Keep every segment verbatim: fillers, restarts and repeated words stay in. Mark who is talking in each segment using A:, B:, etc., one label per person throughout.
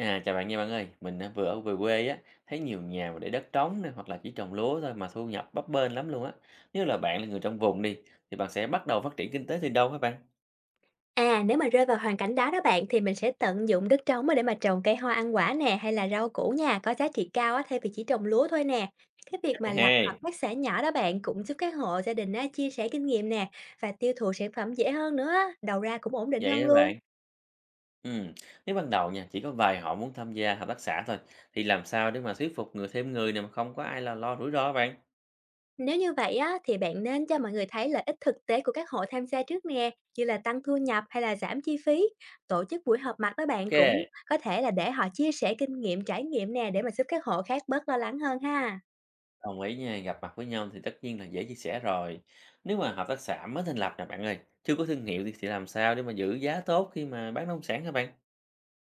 A: À, chào bạn nha bạn ơi, mình á, vừa ở về quê á, thấy nhiều nhà mà để đất trống nè, hoặc là chỉ trồng lúa thôi mà thu nhập bấp bênh lắm luôn á. Nếu là bạn là người trong vùng đi, thì bạn sẽ bắt đầu phát triển kinh tế từ đâu hả bạn?
B: À, nếu mà rơi vào hoàn cảnh đó đó bạn thì mình sẽ tận dụng đất trống á để mà trồng cây hoa ăn quả nè hay là rau củ nha, có giá trị cao á thay vì chỉ trồng lúa thôi nè. Cái việc
A: Cách
B: mà
A: này
B: lập hợp
A: hay,
B: tác xã nhỏ đó bạn cũng giúp các hộ gia đình á chia sẻ kinh nghiệm nè và tiêu thụ sản phẩm dễ hơn nữa á, đầu ra cũng ổn định
A: vậy
B: hơn
A: hả
B: luôn.
A: bạn? Ừ. Nếu ban đầu nha, chỉ có vài họ muốn tham gia hợp tác xã thôi, thì làm sao để mà thuyết phục người thêm người này mà không có ai là lo rủi ro hả bạn?
B: Nếu như vậy á thì bạn nên cho mọi người thấy lợi ích thực tế của các hộ tham gia trước nè, như là tăng thu nhập hay là giảm chi phí. Tổ chức buổi họp mặt đó
A: Ok,
B: bạn cũng có thể là để họ chia sẻ kinh nghiệm trải nghiệm nè để mà giúp các hộ khác bớt lo lắng hơn ha.
A: đồng ý nha, gặp mặt với nhau thì tất nhiên là dễ chia sẻ rồi. Nếu mà hợp tác xã mới thành lập nè bạn ơi, chưa có thương hiệu thì, thì làm sao để mà giữ giá tốt khi mà bán nông sản hả bạn?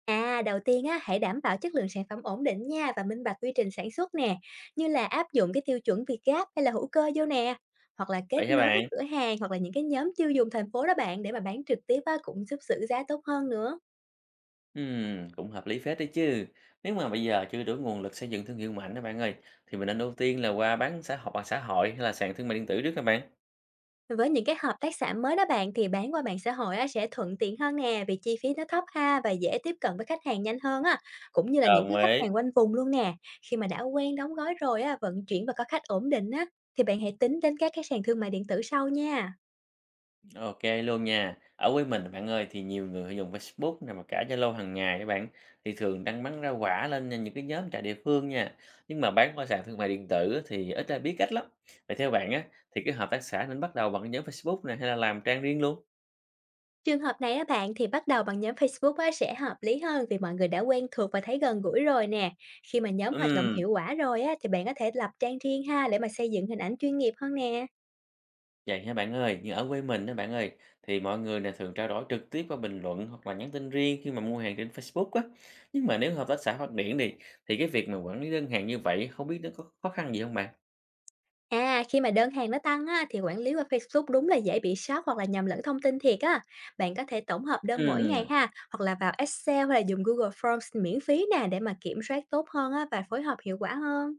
B: À, đầu tiên á, hãy đảm bảo chất lượng sản phẩm ổn định nha và minh bạch quy trình sản xuất nè, như là áp dụng cái tiêu chuẩn Việt Gáp hay là hữu cơ vô nè, hoặc là
A: Vậy
B: kết
A: hả
B: nối
A: bạn?
B: với cửa hàng hoặc là những cái nhóm tiêu dùng thành phố đó bạn để mà bán trực tiếp á, cũng giúp giữ giá tốt hơn nữa.
A: Ừm, cũng hợp lý phết đấy chứ. Nếu mà bây giờ chưa đủ nguồn lực xây dựng thương hiệu mạnh đó bạn ơi, thì mình nên ưu tiên là qua bán xã hội, xã hội hay là sàn thương mại điện tử trước các bạn.
B: Với những cái hợp tác xã mới đó bạn thì bán qua mạng xã hội á, sẽ thuận tiện hơn nè vì chi phí nó thấp ha và dễ tiếp cận với khách hàng nhanh hơn á, cũng như là những
A: Đồng
B: cái khách
A: ý.
B: hàng quanh vùng luôn nè. Khi mà đã quen đóng gói rồi á, vận chuyển và có khách ổn định á, thì bạn hãy tính đến các cái sàn thương mại điện tử sau nha.
A: Ok luôn nha. Ở quê mình bạn ơi thì nhiều người dùng Facebook nè mà cả Zalo hàng ngày các bạn thì thường đăng bán rau quả lên nha, những cái nhóm trà địa phương nha. Nhưng mà bán qua sàn thương mại điện tử á, thì ít ai biết cách lắm. Vậy theo bạn á thì cái hợp tác xã nên bắt đầu bằng cái nhóm Facebook này hay là làm trang riêng luôn?
B: Trường hợp này á bạn thì bắt đầu bằng nhóm Facebook á sẽ hợp lý hơn vì mọi người đã quen thuộc và thấy gần gũi rồi nè. Khi mà nhóm hoạt động
A: Ừm.
B: hiệu quả rồi á thì bạn có thể lập trang riêng ha để mà xây dựng hình ảnh chuyên nghiệp hơn nè.
A: Vậy hả bạn ơi, như ở quê mình đó bạn ơi, thì mọi người này thường trao đổi trực tiếp qua bình luận hoặc là nhắn tin riêng khi mà mua hàng trên Facebook á. Nhưng mà nếu hợp tác xã phát triển thì thì cái việc mà quản lý đơn hàng như vậy không biết nó có khó khăn gì không bạn?
B: À, khi mà đơn hàng nó tăng á, thì quản lý qua Facebook đúng là dễ bị sót hoặc là nhầm lẫn thông tin thiệt á. Bạn có thể tổng hợp đơn mỗi ngày
A: Ừm,
B: ha, hoặc là vào Excel hay là dùng Google Forms miễn phí nè để mà kiểm soát tốt hơn á, và phối hợp hiệu quả hơn.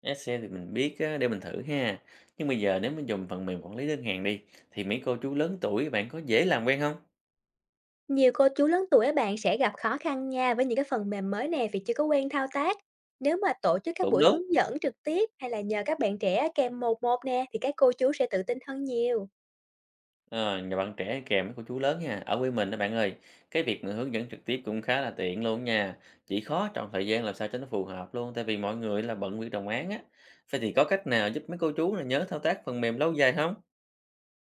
A: Excel thì mình biết á, để mình thử ha. Nhưng bây giờ nếu mình dùng phần mềm quản lý đơn hàng đi thì mấy cô chú lớn tuổi bạn có dễ làm quen không?
B: Nhiều cô chú lớn tuổi bạn sẽ gặp khó khăn nha với những cái phần mềm mới nè vì chưa có quen thao tác. Nếu mà tổ chức các
A: Cũng
B: buổi
A: đúng.
B: hướng dẫn trực tiếp hay là nhờ các bạn trẻ kèm một một nè thì các cô chú sẽ tự tin hơn nhiều.
A: Ờ, nhà bạn trẻ kèm với cô chú lớn nha. Ở quê mình đó bạn ơi, cái việc mà hướng dẫn trực tiếp cũng khá là tiện luôn nha. Chỉ khó trong thời gian làm sao cho nó phù hợp luôn, tại vì mọi người là bận việc đồng án á. Vậy thì có cách nào giúp mấy cô chú là nhớ thao tác phần mềm lâu dài không?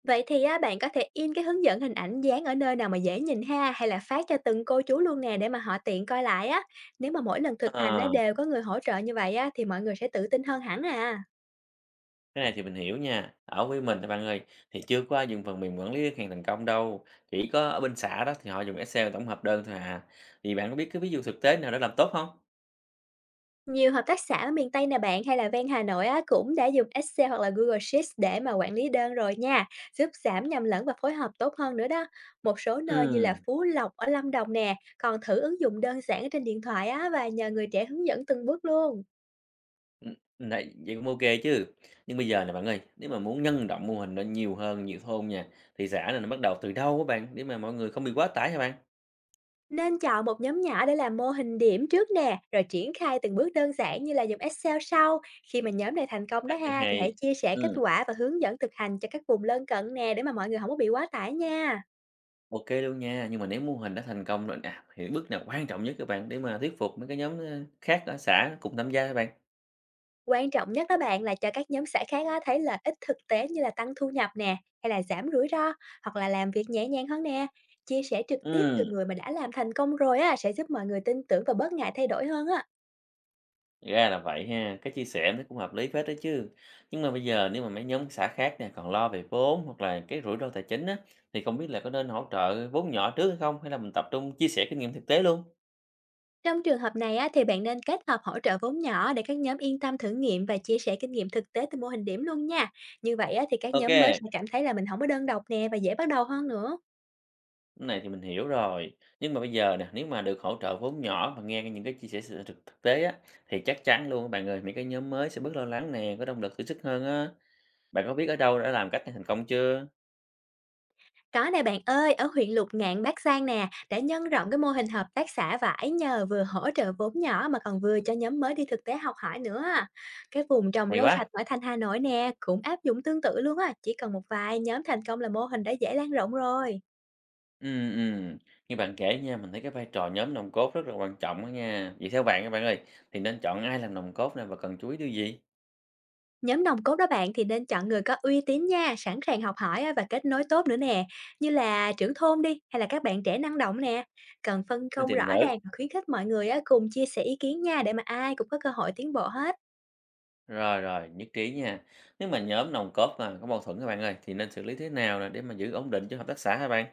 B: Vậy thì á, bạn có thể in cái hướng dẫn hình ảnh dán ở nơi nào mà dễ nhìn ha hay là phát cho từng cô chú luôn nè để mà họ tiện coi lại á. Nếu mà mỗi lần thực hành
A: Ờ,
B: á, đều có người hỗ trợ như vậy á, thì mọi người sẽ tự tin hơn hẳn à.
A: cái này thì mình hiểu nha. Ở quê mình đó bạn ơi, thì chưa có ai dùng phần mềm quản lý đơn hàng thành công đâu. Chỉ có ở bên xã đó thì họ dùng Excel tổng hợp đơn thôi à. Thì bạn có biết cái ví dụ thực tế nào đã làm tốt không?
B: Nhiều hợp tác xã ở miền Tây nè bạn hay là ven Hà Nội á, cũng đã dùng Excel hoặc là Google Sheets để mà quản lý đơn rồi nha, giúp giảm nhầm lẫn và phối hợp tốt hơn nữa đó. Một số nơi như
A: Ừ.
B: là Phú Lộc ở Lâm Đồng nè, còn thử ứng dụng đơn giản ở trên điện thoại á, và nhờ người trẻ hướng dẫn từng bước luôn.
A: Ừm, đấy, vậy cũng ô chứ. Nhưng bây giờ nè bạn ơi, nếu mà muốn nhân rộng mô hình lên nhiều hơn, nhiều thôn nha, thì xã này nó bắt đầu từ đâu các bạn, để mà mọi người không bị quá tải hả bạn?
B: Nên chọn một nhóm nhỏ để làm mô hình điểm trước nè, rồi triển khai từng bước đơn giản như là dùng Excel sau. Khi mà nhóm này thành công đó
A: Cách này
B: ha, thì hãy
A: hay,
B: chia sẻ kết
A: ừm,
B: quả và hướng dẫn thực hành cho các vùng lân cận nè để mà mọi người không có bị quá tải nha.
A: ô luôn nha, nhưng mà nếu mô hình đã thành công rồi nè, thì bước nào quan trọng nhất các bạn để mà thuyết phục mấy cái nhóm, ơ, khác ở xã cùng tham gia các bạn?
B: Quan trọng nhất đó bạn là cho các nhóm xã khác á, thấy lợi ích thực tế như là tăng thu nhập nè, hay là giảm rủi ro, hoặc là làm việc nhẹ nhàng hơn nè. Chia sẻ trực tiếp từ
A: Ừm.
B: người mà đã làm thành công rồi á, sẽ giúp mọi người tin tưởng và bớt ngại thay đổi hơn á.
A: Ra là vậy ha, cái chia sẻ em thấy cũng hợp lý phết đó chứ. Nhưng mà bây giờ nếu mà mấy nhóm xã khác nè còn lo về vốn hoặc là cái rủi ro tài chính á thì không biết là có nên hỗ trợ vốn nhỏ trước hay không hay là mình tập trung chia sẻ kinh nghiệm thực tế luôn.
B: Trong trường hợp này á, thì bạn nên kết hợp hỗ trợ vốn nhỏ để các nhóm yên tâm thử nghiệm và chia sẻ kinh nghiệm thực tế từ mô hình điểm luôn nha. Như vậy á, thì các
A: Ok,
B: nhóm mới
A: cái
B: sẽ cảm thấy là mình không có đơn độc nè và dễ bắt đầu hơn nữa.
A: này thì mình hiểu rồi. Nhưng mà bây giờ nè, nếu mà được hỗ trợ vốn nhỏ và nghe những cái chia sẻ sự thực thực tế á thì chắc chắn luôn các bạn ơi, những cái nhóm mới sẽ bớt lo lắng nè, có động lực thử sức hơn á. Bạn có biết ở đâu đã làm cách này thành công chưa?
B: Có nè bạn ơi, ở huyện Lục Ngạn, Bắc Giang nè, đã nhân rộng cái mô hình hợp tác xã vải nhờ vừa hỗ trợ vốn nhỏ mà còn vừa cho nhóm mới đi thực tế học hỏi nữa. Cái vùng trồng
A: Hay
B: rau sạch
A: quá.
B: ở thành Hà Nội nè, cũng áp dụng tương tự luôn á, chỉ cần một vài nhóm thành công là mô hình đã dễ lan rộng rồi.
A: Ừm, ừm. Nghe bạn kể nha, mình thấy cái vai trò nhóm nòng cốt rất là quan trọng á nha. Vậy theo bạn các bạn ơi, thì nên chọn ai làm nòng cốt này và cần chú ý điều gì?
B: Nhóm nòng cốt đó bạn thì nên chọn người có uy tín nha, sẵn sàng học hỏi á và kết nối tốt nữa nè, như là trưởng thôn đi hay là các bạn trẻ năng động nè. Cần phân
A: Mình
B: công
A: tìm
B: rõ
A: thử.
B: ràng và khuyến khích mọi người á, cùng chia sẻ ý kiến nha để mà ai cũng có cơ hội tiến bộ hết.
A: Rồi, rồi, nhất trí nha. Nếu mà nhóm nòng cốt mà có mâu thuẫn các bạn ơi, thì nên xử lý thế nào nè để mà giữ ổn định cho hợp tác xã hả bạn?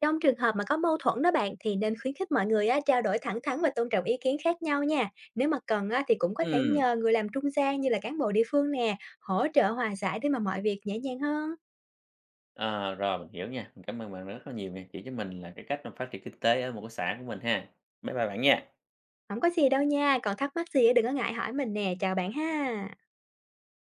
B: Trong trường hợp mà có mâu thuẫn đó bạn thì nên khuyến khích mọi người á, trao đổi thẳng thắn và tôn trọng ý kiến khác nhau nha. Nếu mà cần á, thì cũng có thể
A: Ừ
B: nhờ người làm trung gian như là cán bộ địa phương nè, hỗ trợ hòa giải để mà mọi việc nhẹ nhàng hơn.
A: à, rồi mình hiểu nha. Mình cảm ơn bạn rất là nhiều nha, chỉ cho mình là cái cách mà phát triển kinh tế ở một cái xã của mình ha. Bye bye bạn nha.
B: Không có gì đâu nha, còn thắc mắc gì á, đừng có ngại hỏi mình nè, chào bạn ha.